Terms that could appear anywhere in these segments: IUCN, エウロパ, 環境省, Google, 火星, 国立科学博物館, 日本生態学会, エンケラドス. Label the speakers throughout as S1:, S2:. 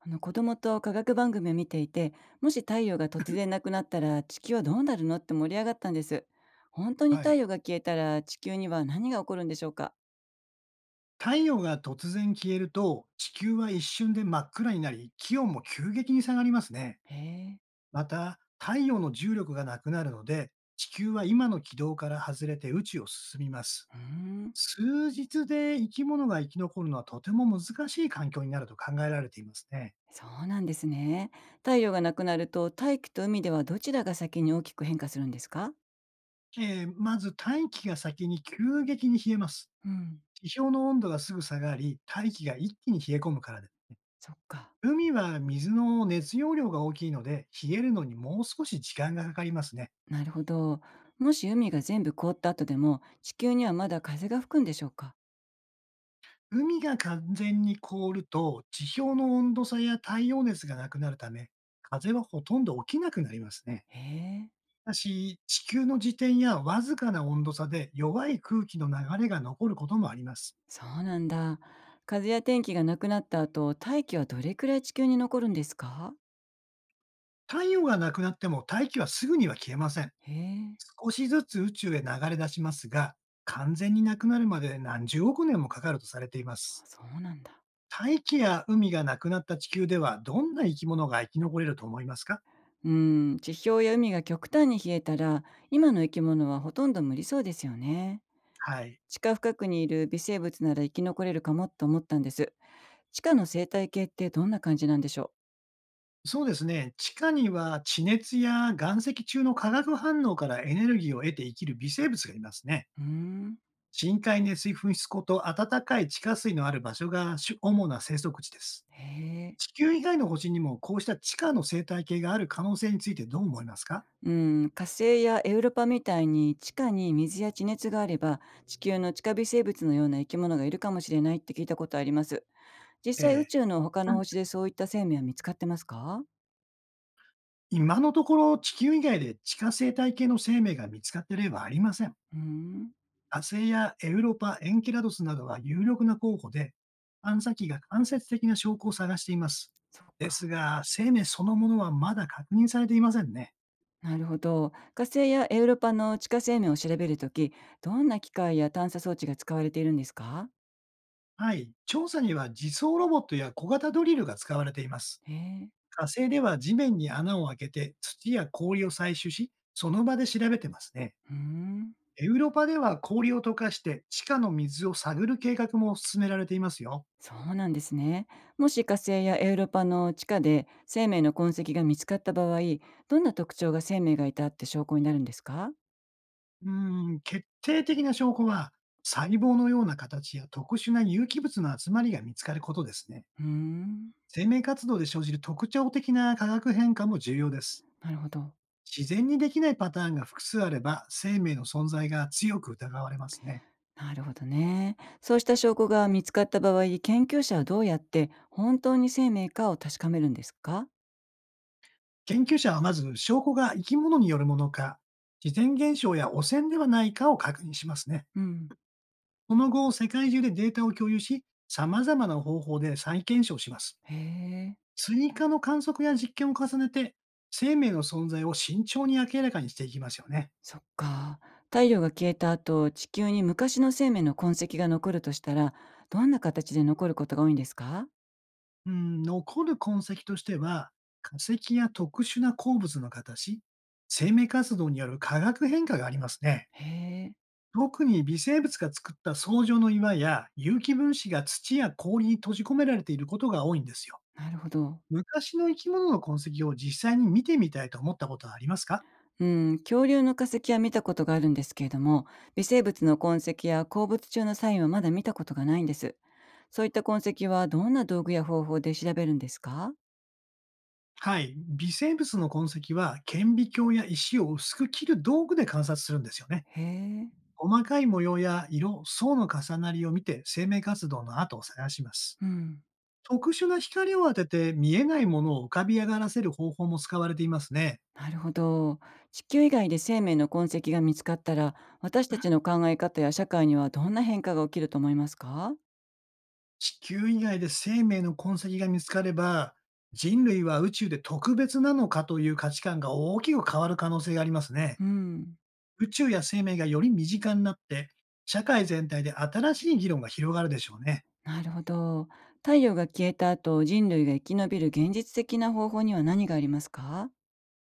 S1: 子供と科学番組を見ていて、もし太陽が突然なくなったら地球はどうなるのって盛り上がったんです。本当に
S2: は
S1: 太
S2: い。
S1: 陽が消えたら地球には何が起こるんでしょうか？
S2: 太陽が突然消えると、地球は一瞬で真っ暗になり、気温も急激に下がりますね。
S1: へえ、
S2: また、太陽の重力がなくなるので、地球は今の軌道から外れて宇宙を進みます。
S1: うーん、
S2: 数日で生き物が生き残るのはとても難しい環境になると考えられていますね。
S1: そうなんですね。太陽がなくなると大気と海ではどちらが先に大きく変化するんですか？
S2: まず大気が先に急激に冷えます。
S1: うん、
S2: 地表の温度がすぐ下がり、大気が一気に冷え込むからです。
S1: そっか、
S2: 海は水の熱容量が大きいので、冷えるのにもう少し時間がかかりますね。
S1: なるほど、もし海が全部凍った後でも地球にはまだ風が吹くんでしょうか？
S2: 海が完全に凍ると、地表の温度差や太陽熱がなくなるため、風はほとんど起きなくなりますね。
S1: へえ、
S2: ただし、地球の自転やわずかな温度差で弱い空気の流れが残ることもあります。
S1: そうなんだ。風や天気がなくなった後、大気はどれくらい地球に残るんですか？
S2: 太陽がなくなっても大気はすぐには消えません。
S1: へえ、
S2: 少しずつ宇宙へ流れ出しますが、完全になくなるまで何十億年もかかるとされています。
S1: そうなんだ。
S2: 大気や海がなくなった地球では、どんな生き物が生き残れると思いますか？
S1: うん、地表や海が極端に冷えたら、今の生き物はほとんど無理そうですよね。
S2: はい。
S1: 地下深くにいる微生物なら生き残れるかもと思ったんです。地下の生態系ってどんな感じなんでしょ
S2: そうですね。地下には地熱や岩石中の化学反応からエネルギーを得て生きる微生物がいますね。
S1: う？うん、
S2: 深海熱水噴出庫と暖かい地下水のある場所が主な生息地です。
S1: へえ。
S2: 地球以外の星にもこうした地下の生態系がある可能性についてどう思いますか？
S1: うん、火星やエウロパみたいに地下に水や地熱があれば地球の地下微生物のような生き物がいるかもしれないって聞いたことあります。実際宇
S2: ええ、
S1: 宙の他の星でそういった生命は見つかってますか？
S2: 今のところ地球以外で地下生態系の生命が見つかった例はありません。
S1: うーん、
S2: 火星やエウロパ、エンケラドスなどが有力な候補で、探査機が間接的な証拠を探しています。
S1: そっ
S2: です
S1: か。
S2: が、生命そのものはまだ確認されていませんね。
S1: なるほど。火星やエウロパの地下生命を調べるとき、どんな機械や探査装置が使われているんですか？
S2: はい。調査には自走ロボットや小型ドリルが使われています。
S1: へえ。
S2: 火星では地面に穴を開けて土や氷を採取し、その場で調べてますね。
S1: うーん。
S2: エウロパでは氷を溶かして地下の水を探る計画も進められていますよ。
S1: そうなんですね。もし火星やエウロパの地下で生命の痕跡が見つかった場合、どんな特徴が生命がいたって証拠になるんですか？
S2: うん、決定的な証拠は、細胞のような形や特殊な有機物の集まりが見つかることですね。
S1: うーん。
S2: 生命活動で生じる特徴的な化学変化も重要です。
S1: なるほど。
S2: 自然にできないパターンが複数あれば、生命の存在が強く疑われますね。
S1: なるほどね。そうした証拠が見つかった場合、研究者はどうやって本当に生命かを確かめるんですか？
S2: 研究者はまず、証拠が生き物によるものか、自然現象や汚染ではないかを確認しますね。
S1: うん。
S2: その後、世界中でデータを共有し、様々な方法で再検証します。
S1: へえ、
S2: 追加の観測や実験を重ねて、生命の存在を慎重に明らかにしていきますよね。
S1: そっか。太陽が消えた後、地球に昔の生命の痕跡が残るとしたら、どんな形で残ることが多いんですか？
S2: うん、残る痕跡としては、化石や特殊な鉱物の形、生命活動による化学変化がありますね。
S1: へえ、
S2: 特に微生物が作った層状の岩や有機分子が土や氷に閉じ込められていることが多いんですよ。
S1: なるほど。
S2: 昔の生き物の痕跡を実際に見てみたいと思ったことはありますか？
S1: うん、恐竜の化石は見たことがあるんですけれども、微生物の痕跡や鉱物中のサインはまだ見たことがないんです。そういった痕跡はどんな道具や方法で調べるんですか？
S2: はい。微生物の痕跡は顕微鏡や石を薄く切る道具で観察するんですよね。
S1: へえ。
S2: 細かい模様や色、層の重なりを見て生命活動の跡を探します。
S1: うん、
S2: 特殊な光を当てて見えないものを浮かび上がらせる方法も使われていますね。
S1: なるほど。地球以外で生命の痕跡が見つかったら、私たちの考え方や社会にはどんな変化が起きると思いますか？
S2: 地球以外で生命の痕跡が見つかれば、人類は宇宙で特別なのかという価値観が大きく変わる可能性がありますね。
S1: うん、
S2: 宇宙や生命がより身近になって、社会全体で新しい議論が広がるでしょうね。
S1: なるほど。太陽が消えた後、人類が生き延びる現実的な方法には何がありますか？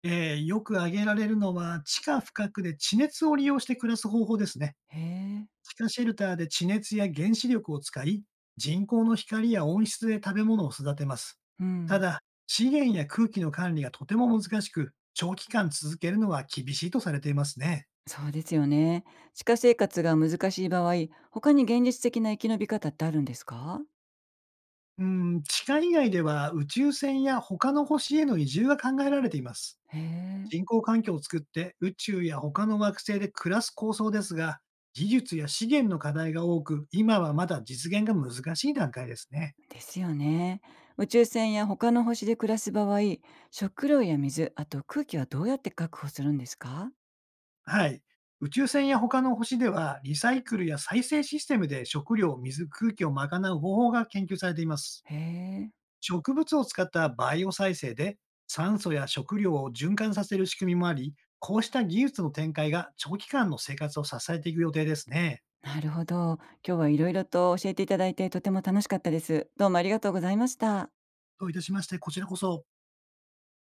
S2: よく挙げられるのは、地下深くで地熱を利用して暮らす方法ですね。
S1: へえ、
S2: 地下シェルターで地熱や原子力を使い、人工の光や温室で食べ物を育てます。
S1: う
S2: た
S1: ん。
S2: だ、資源や空気の管理がとても難しく、長期間続けるのは厳しいとされていますね。
S1: そうですよね。地下生活が難しい場合、他に現実的な生き延び方ってあるんですか？
S2: うん、地下以外では宇宙船や他の星への移住が考えられています。
S1: へえ。
S2: 人工環境を作って宇宙や他の惑星で暮らす構想ですが、技術や資源の課題が多く、今はまだ実現が難しい段階ですね。
S1: ですよね。宇宙船や他の星で暮らす場合、食料や水、あと空気はどうやって確保するんですか？
S2: はい。宇宙船や他の星では、リサイクルや再生システムで食料、水、空気を賄う方法が研究されています。
S1: へえ、
S2: 植物を使ったバイオ再生で、酸素や食料を循環させる仕組みもあり、こうした技術の展開が長期間の生活を支えていく予定ですね。
S1: なるほど。今日はいろいろと教えていただいてとても楽しかったです。どうもありがとうございました。
S2: どういたしまして、こちらこそ。